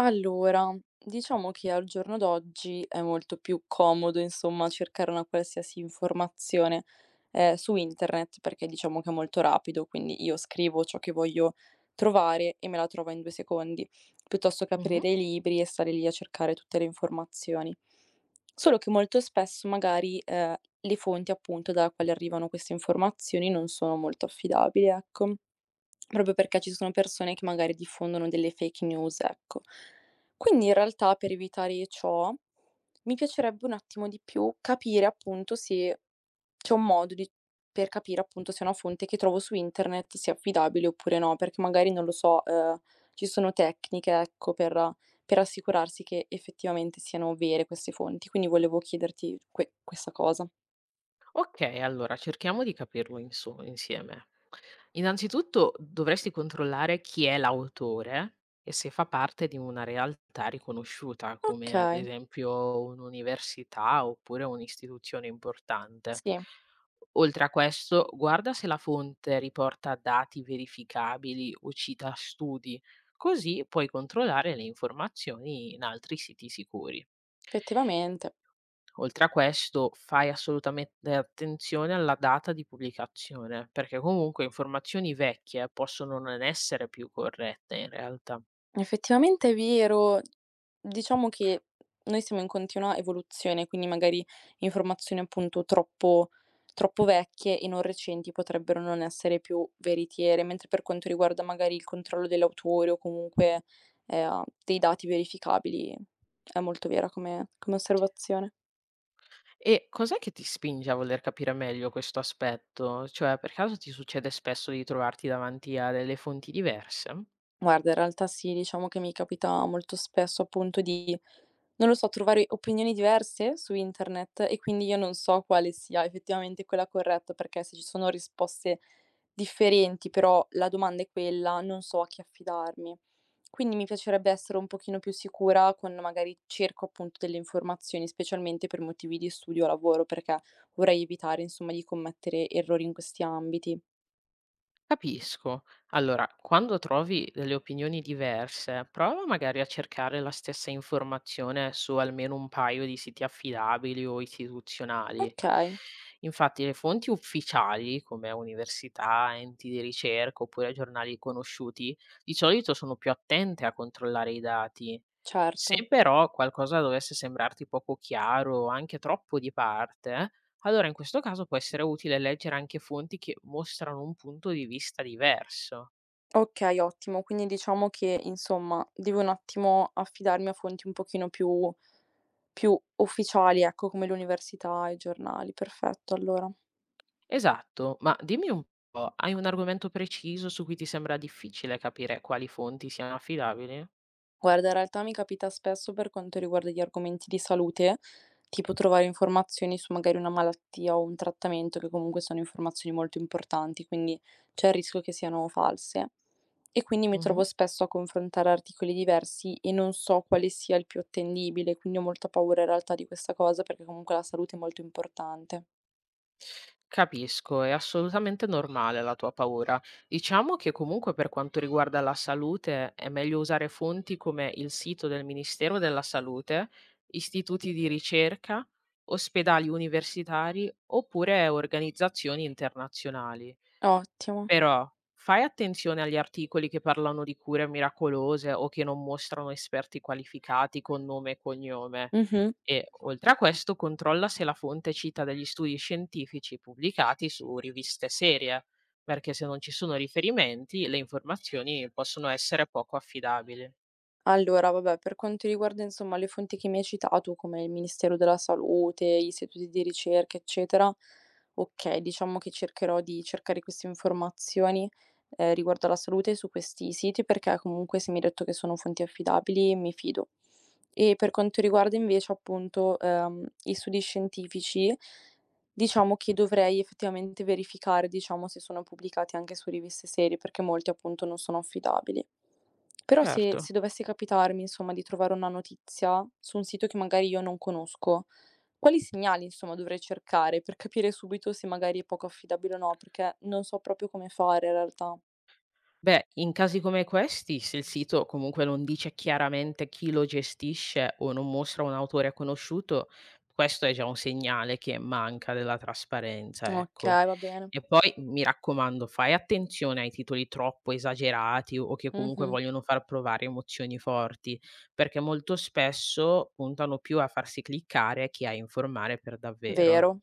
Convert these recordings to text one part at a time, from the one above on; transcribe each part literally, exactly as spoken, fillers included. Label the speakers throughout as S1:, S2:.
S1: Allora, diciamo che al giorno d'oggi è molto più comodo, insomma, cercare una qualsiasi informazione, ehm, su internet perché diciamo che è molto rapido, quindi io scrivo ciò che voglio trovare e me la trovo in due secondi, piuttosto che
S2: Mh-mh.
S1: aprire i libri e stare lì a cercare tutte le informazioni. Solo che molto spesso magari, ehm, le fonti appunto dalla quale arrivano queste informazioni non sono molto affidabili, ecco. Proprio perché ci sono persone che magari diffondono delle fake news, ecco. Quindi in realtà per evitare ciò, mi piacerebbe un attimo di più capire appunto se c'è un modo di per capire appunto se una fonte che trovo su internet sia affidabile oppure no, perché magari non lo so, ehm, ci sono tecniche, ecco, per per assicurarsi che effettivamente siano vere queste fonti. Quindi volevo chiederti que questa cosa.
S2: Okay, allora cerchiamo di capirlo inso insieme. Innanzitutto dovresti controllare chi è l'autore e se fa parte di una realtà riconosciuta, come ad
S1: Okay,
S2: esempio un'università oppure un'istituzione importante.
S1: sì,
S2: Oltre a questo, guarda se la fonte riporta dati verificabili o cita studi, così puoi controllare le informazioni in altri siti sicuri.
S1: effettivamente.
S2: Oltre a questo, fai assolutamente attenzione alla data di pubblicazione, perché comunque informazioni vecchie possono non essere più corrette in realtà.
S1: Effettivamente è vero. Diciamo che noi siamo in continua evoluzione, quindi magari informazioni appunto troppo troppo vecchie e non recenti potrebbero non essere più veritiere, mentre per quanto riguarda magari il controllo dell'autore o comunque, ehm, dei dati verificabili, è molto vera come come osservazione.
S2: E cos'è che ti spinge a voler capire meglio questo aspetto? Cioè, per caso ti succede spesso di trovarti davanti a delle fonti diverse?
S1: Guarda, in realtà sì, diciamo che mi capita molto spesso appunto di, non lo so, trovare opinioni diverse su internet e quindi io non so quale sia effettivamente quella corretta, perché se ci sono risposte differenti, però la domanda è quella, non so a chi affidarmi. Quindi mi piacerebbe essere un pochino più sicura quando magari cerco appunto delle informazioni, specialmente per motivi di studio o lavoro, perché vorrei evitare, insomma, di commettere errori in questi ambiti.
S2: Capisco. Allora, quando trovi delle opinioni diverse, prova magari a cercare la stessa informazione su almeno un paio di siti affidabili o istituzionali.
S1: Ok,
S2: Infatti, le fonti ufficiali, come università, enti di ricerca oppure giornali conosciuti, di solito sono più attente a controllare i dati.
S1: certo.
S2: Se però qualcosa dovesse sembrarti poco chiaro o anche troppo di parte, allora, in questo caso può essere utile leggere anche fonti che mostrano un punto di vista diverso.
S1: Okay, ottimo. Quindi diciamo che, insomma, devo un attimo affidarmi a fonti un pochino più più ufficiali, ecco, come l'università e i giornali. Perfetto, allora.
S2: Esatto, ma dimmi un po', hai un argomento preciso su cui ti sembra difficile capire quali fonti siano affidabili?
S1: Guarda, in realtà mi capita spesso per quanto riguarda gli argomenti di salute, tipo trovare informazioni su magari una malattia o un trattamento, che comunque sono informazioni molto importanti, quindi c'è il rischio che siano false. E quindi mi
S2: Mhm.
S1: trovo spesso a confrontare articoli diversi e non so quale sia il più attendibile, quindi ho molta paura in realtà di questa cosa perché comunque la salute è molto importante.
S2: Capisco, è assolutamente normale la tua paura. Diciamo che comunque per quanto riguarda la salute è meglio usare fonti come il sito del Ministero della Salute, istituti di ricerca, ospedali universitari oppure organizzazioni internazionali.
S1: Ottimo.
S2: Però fai attenzione agli articoli che parlano di cure miracolose o che non mostrano esperti qualificati con nome e cognome.
S1: Mh-mh.
S2: E oltre a questo controlla se la fonte cita degli studi scientifici pubblicati su riviste serie, perché se non ci sono riferimenti le informazioni possono essere poco affidabili.
S1: Allora, vabbè, per quanto riguarda insomma le fonti che mi hai citato, come il Ministero della Salute, gli istituti di ricerca, eccetera, okay, diciamo che cercherò di cercare queste informazioni, ehm, riguardo alla salute su questi siti, perché comunque se mi hai detto che sono fonti affidabili mi fido. E per quanto riguarda invece appunto, ehm, gli studi scientifici. Diciamo che dovrei effettivamente verificare, diciamo, se sono pubblicati anche su riviste serie, perché molti appunto non sono affidabili. Però se
S2: Certo.
S1: se dovesse capitarmi, insomma, di trovare una notizia su un sito che magari io non conosco, quali segnali, insomma, dovrei cercare per capire subito se magari è poco affidabile o no? Perché non so proprio come fare in realtà.
S2: Beh, in casi come questi, se il sito comunque non dice chiaramente chi lo gestisce o non mostra un autore conosciuto, questo è già un segnale che manca della trasparenza, ecco.
S1: Okay, va bene.
S2: E poi mi raccomando, fai attenzione ai titoli troppo esagerati o che comunque
S1: Mh-mh.
S2: vogliono far provare emozioni forti, perché molto spesso puntano più a farsi cliccare che a informare per davvero.
S1: Vero.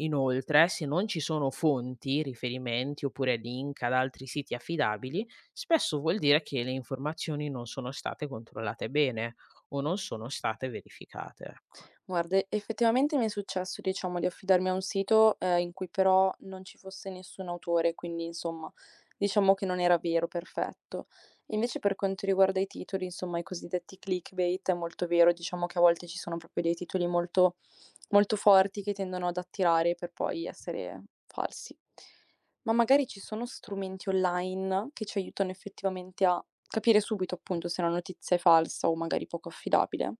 S2: Inoltre, se non ci sono fonti, riferimenti oppure link ad altri siti affidabili, spesso vuol dire che le informazioni non sono state controllate bene o non sono state verificate. Ecco.
S1: Guarda, e effettivamente mi è successo, diciamo, di affidarmi a un sito, ehm, in cui però non ci fosse nessun autore, quindi insomma, diciamo che non era vero, perfetto. Invece per quanto riguarda i titoli, insomma, i cosiddetti clickbait, è molto vero, diciamo che a volte ci sono proprio dei titoli molto molto forti che tendono ad attirare per poi essere falsi. Ma magari ci sono strumenti online che ci aiutano effettivamente a capire subito, appunto, se una notizia è falsa o magari poco affidabile?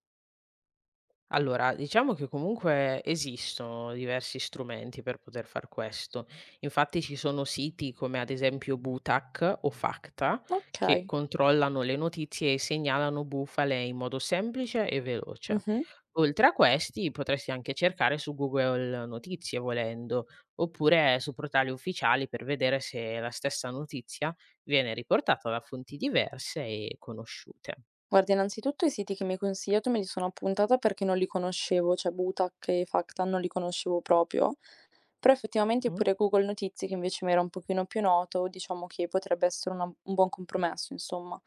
S2: Allora, diciamo che comunque esistono diversi strumenti per poter far questo. Infatti ci sono siti come ad esempio Butac o Facta che
S1: Okay.
S2: controllano le notizie e segnalano bufale in modo semplice e veloce.
S1: Mh-mh.
S2: Oltre a questi potresti anche cercare su Google Notizie volendo, oppure su portali ufficiali per vedere se la stessa notizia viene riportata da fonti diverse e conosciute.
S1: Guarda, innanzitutto i siti che mi hai consigliato me li sono appuntata perché non li conoscevo, cioè Butac e Factan non li conoscevo proprio, però effettivamente
S2: Mhm.
S1: pure Google Notizie, che invece mi era un pochino più noto, diciamo che potrebbe essere una- un buon compromesso, insomma.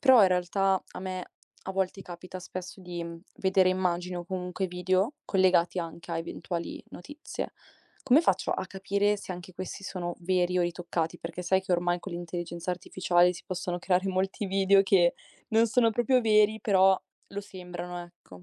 S1: Però in realtà a me a volte capita spesso di mh, vedere immagini o comunque video collegati anche a eventuali notizie. Come faccio a capire se anche questi sono veri o ritoccati? Perché sai che ormai con l'intelligenza artificiale si possono creare molti video che non sono proprio veri, però lo sembrano, ecco.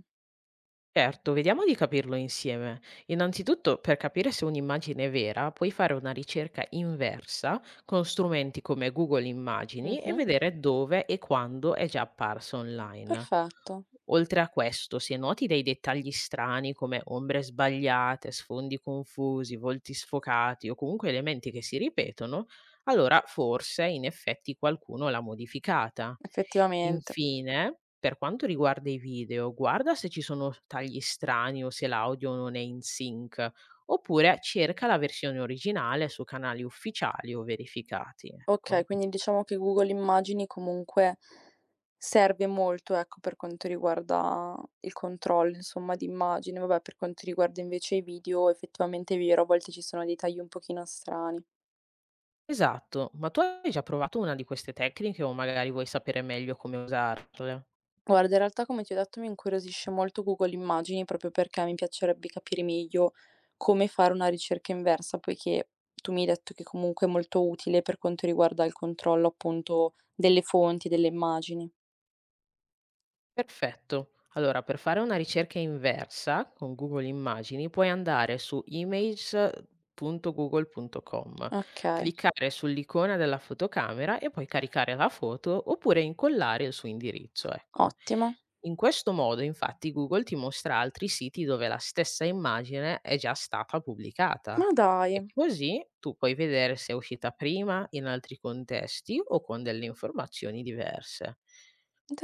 S2: Certo, vediamo di capirlo insieme. Innanzitutto, per capire se un'immagine è vera, puoi fare una ricerca inversa con strumenti come Google Immagini e
S1: Mh-mh.
S2: vedere dove e quando è già apparsa online.
S1: Perfetto,
S2: Oltre a questo, se noti dei dettagli strani come ombre sbagliate, sfondi confusi, volti sfocati o comunque elementi che si ripetono, allora forse in effetti qualcuno l'ha modificata.
S1: effettivamente.
S2: Infine, per quanto riguarda i video, guarda se ci sono s tagli strani o se l'audio non è in sync, oppure cerca la versione originale su canali ufficiali o verificati, ecco.
S1: Okay, quindi diciamo che Google Immagini comunque serve molto, ecco, per quanto riguarda il controllo, insomma, di immagine. Vabbè, per quanto riguarda invece i video, effettivamente è vero, a volte ci sono dei tagli un pochino strani.
S2: Esatto, ma tu hai già provato una di queste tecniche o magari vuoi sapere meglio come usarle?
S1: Guarda, in realtà come ti ho detto mi incuriosisce molto Google Immagini, proprio perché mi piacerebbe capire meglio come fare una ricerca inversa, poiché tu mi hai detto che comunque è molto utile per quanto riguarda il controllo appunto delle fonti, delle immagini.
S2: Perfetto. Allora, per fare una ricerca inversa con Google Immagini puoi andare su image punto google punto com,
S1: Okay,
S2: cliccare sull'icona della fotocamera e poi caricare la foto oppure incollare il suo indirizzo, ecco.
S1: ottimo.
S2: In questo modo, infatti, Google ti mostra altri siti dove la stessa immagine è già stata pubblicata.
S1: Ma dai,
S2: E così tu puoi vedere se è uscita prima in altri contesti o con delle informazioni diverse.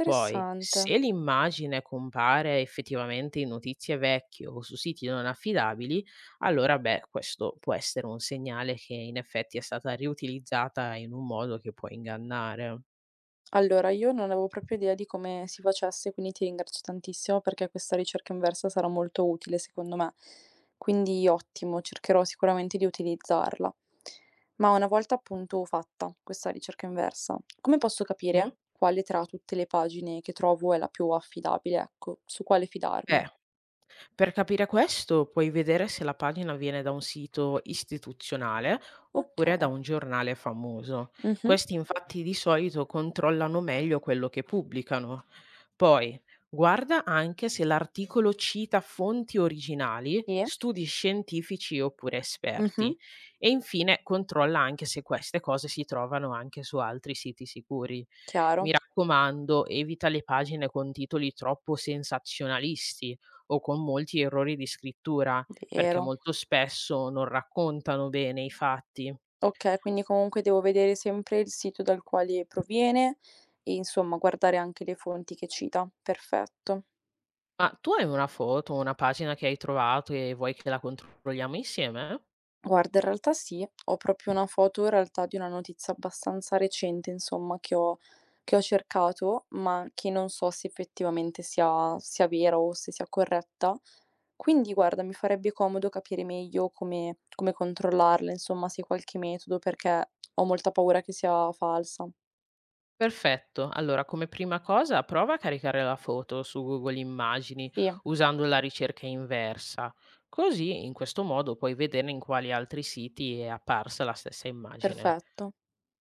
S2: Poi, se l'immagine compare effettivamente in notizie vecchie o su siti non affidabili, allora beh, questo può essere un segnale che in effetti è stata riutilizzata in un modo che può ingannare.
S1: Allora, io non avevo proprio idea di come si facesse, quindi ti ringrazio tantissimo perché questa ricerca inversa sarà molto utile secondo me. Quindi ottimo, cercherò sicuramente di utilizzarla. Ma una volta appunto fatta questa ricerca inversa, come posso
S2: Mh.
S1: capire quale tra tutte le pagine che trovo è la più affidabile? Ecco, su quale fidarmi?
S2: Beh, per capire questo, puoi vedere se la pagina viene da un sito istituzionale oppure da
S1: Ok.
S2: un giornale famoso.
S1: Mhm.
S2: Questi infatti di solito controllano meglio quello che pubblicano. Poi, guarda anche se l'articolo cita fonti originali,
S1: Sì.
S2: studi scientifici oppure
S1: Mhm.
S2: esperti. E infine, controlla anche se queste cose si trovano anche su altri siti sicuri. Mi
S1: Chiaro,
S2: raccomando, evita le pagine con titoli troppo sensazionalisti o con molti errori di scrittura, perché
S1: vero.
S2: molto spesso non raccontano bene i fatti.
S1: Okay, quindi comunque devo vedere sempre il sito dal quale proviene e insomma guardare anche le fonti che cita. Perfetto.
S2: Ma tu hai una foto, una pagina che hai trovato e vuoi che la controlliamo insieme?
S1: Guarda, in realtà sì, ho proprio una foto in realtà di una notizia abbastanza recente, insomma, che ho che ho cercato, ma che non so se effettivamente sia sia vera o se sia corretta. Quindi guarda, mi farebbe comodo capire meglio come come controllarla, insomma, se hai qualche metodo, perché ho molta paura che sia falsa.
S2: Perfetto, allora come prima cosa prova a caricare la foto su Google Immagini
S1: Sì,
S2: usando la ricerca inversa, così in questo modo puoi vedere in quali altri siti è apparsa la stessa immagine.
S1: perfetto.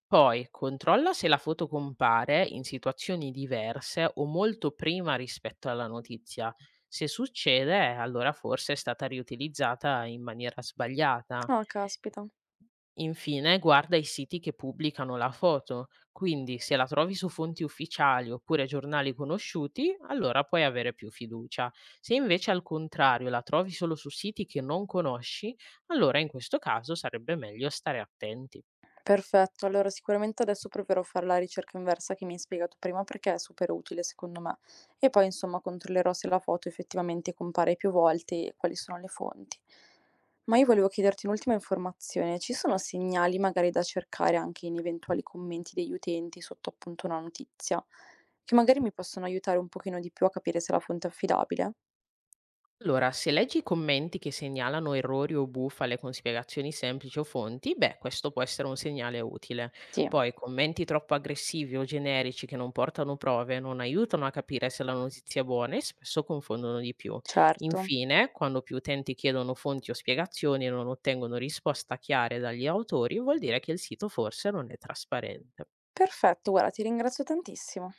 S2: Poi controlla se la foto compare in situazioni diverse o molto prima rispetto alla notizia. Se succede, allora forse è stata riutilizzata in maniera sbagliata.
S1: Ah, caspita.
S2: Infine, guarda i siti che pubblicano la foto, quindi se la trovi su fonti ufficiali oppure giornali conosciuti, allora puoi avere più fiducia. Se invece al contrario la trovi solo su siti che non conosci, allora in questo caso sarebbe meglio stare attenti.
S1: Perfetto, allora sicuramente adesso proverò a fare la ricerca inversa che mi hai spiegato prima perché è super utile secondo me. E poi insomma controllerò se la foto effettivamente compare più volte e quali sono le fonti. Ma io volevo chiederti un'ultima informazione, ci sono segnali magari da cercare anche in eventuali commenti degli utenti sotto appunto una notizia, che magari mi possono aiutare un pochino di più a capire se la fonte è affidabile?
S2: Allora, se leggi i commenti che segnalano errori o bufale con spiegazioni semplici o fonti, beh, questo può essere un segnale utile.
S1: Sì,
S2: Poi commenti troppo aggressivi o generici che non portano prove non aiutano a capire se la notizia è buona e spesso confondono di più.
S1: certo.
S2: Infine, quando più utenti chiedono fonti o spiegazioni e non ottengono risposta chiare dagli autori, vuol dire che il sito forse non è trasparente.
S1: Perfetto, guarda, ti ringrazio tantissimo.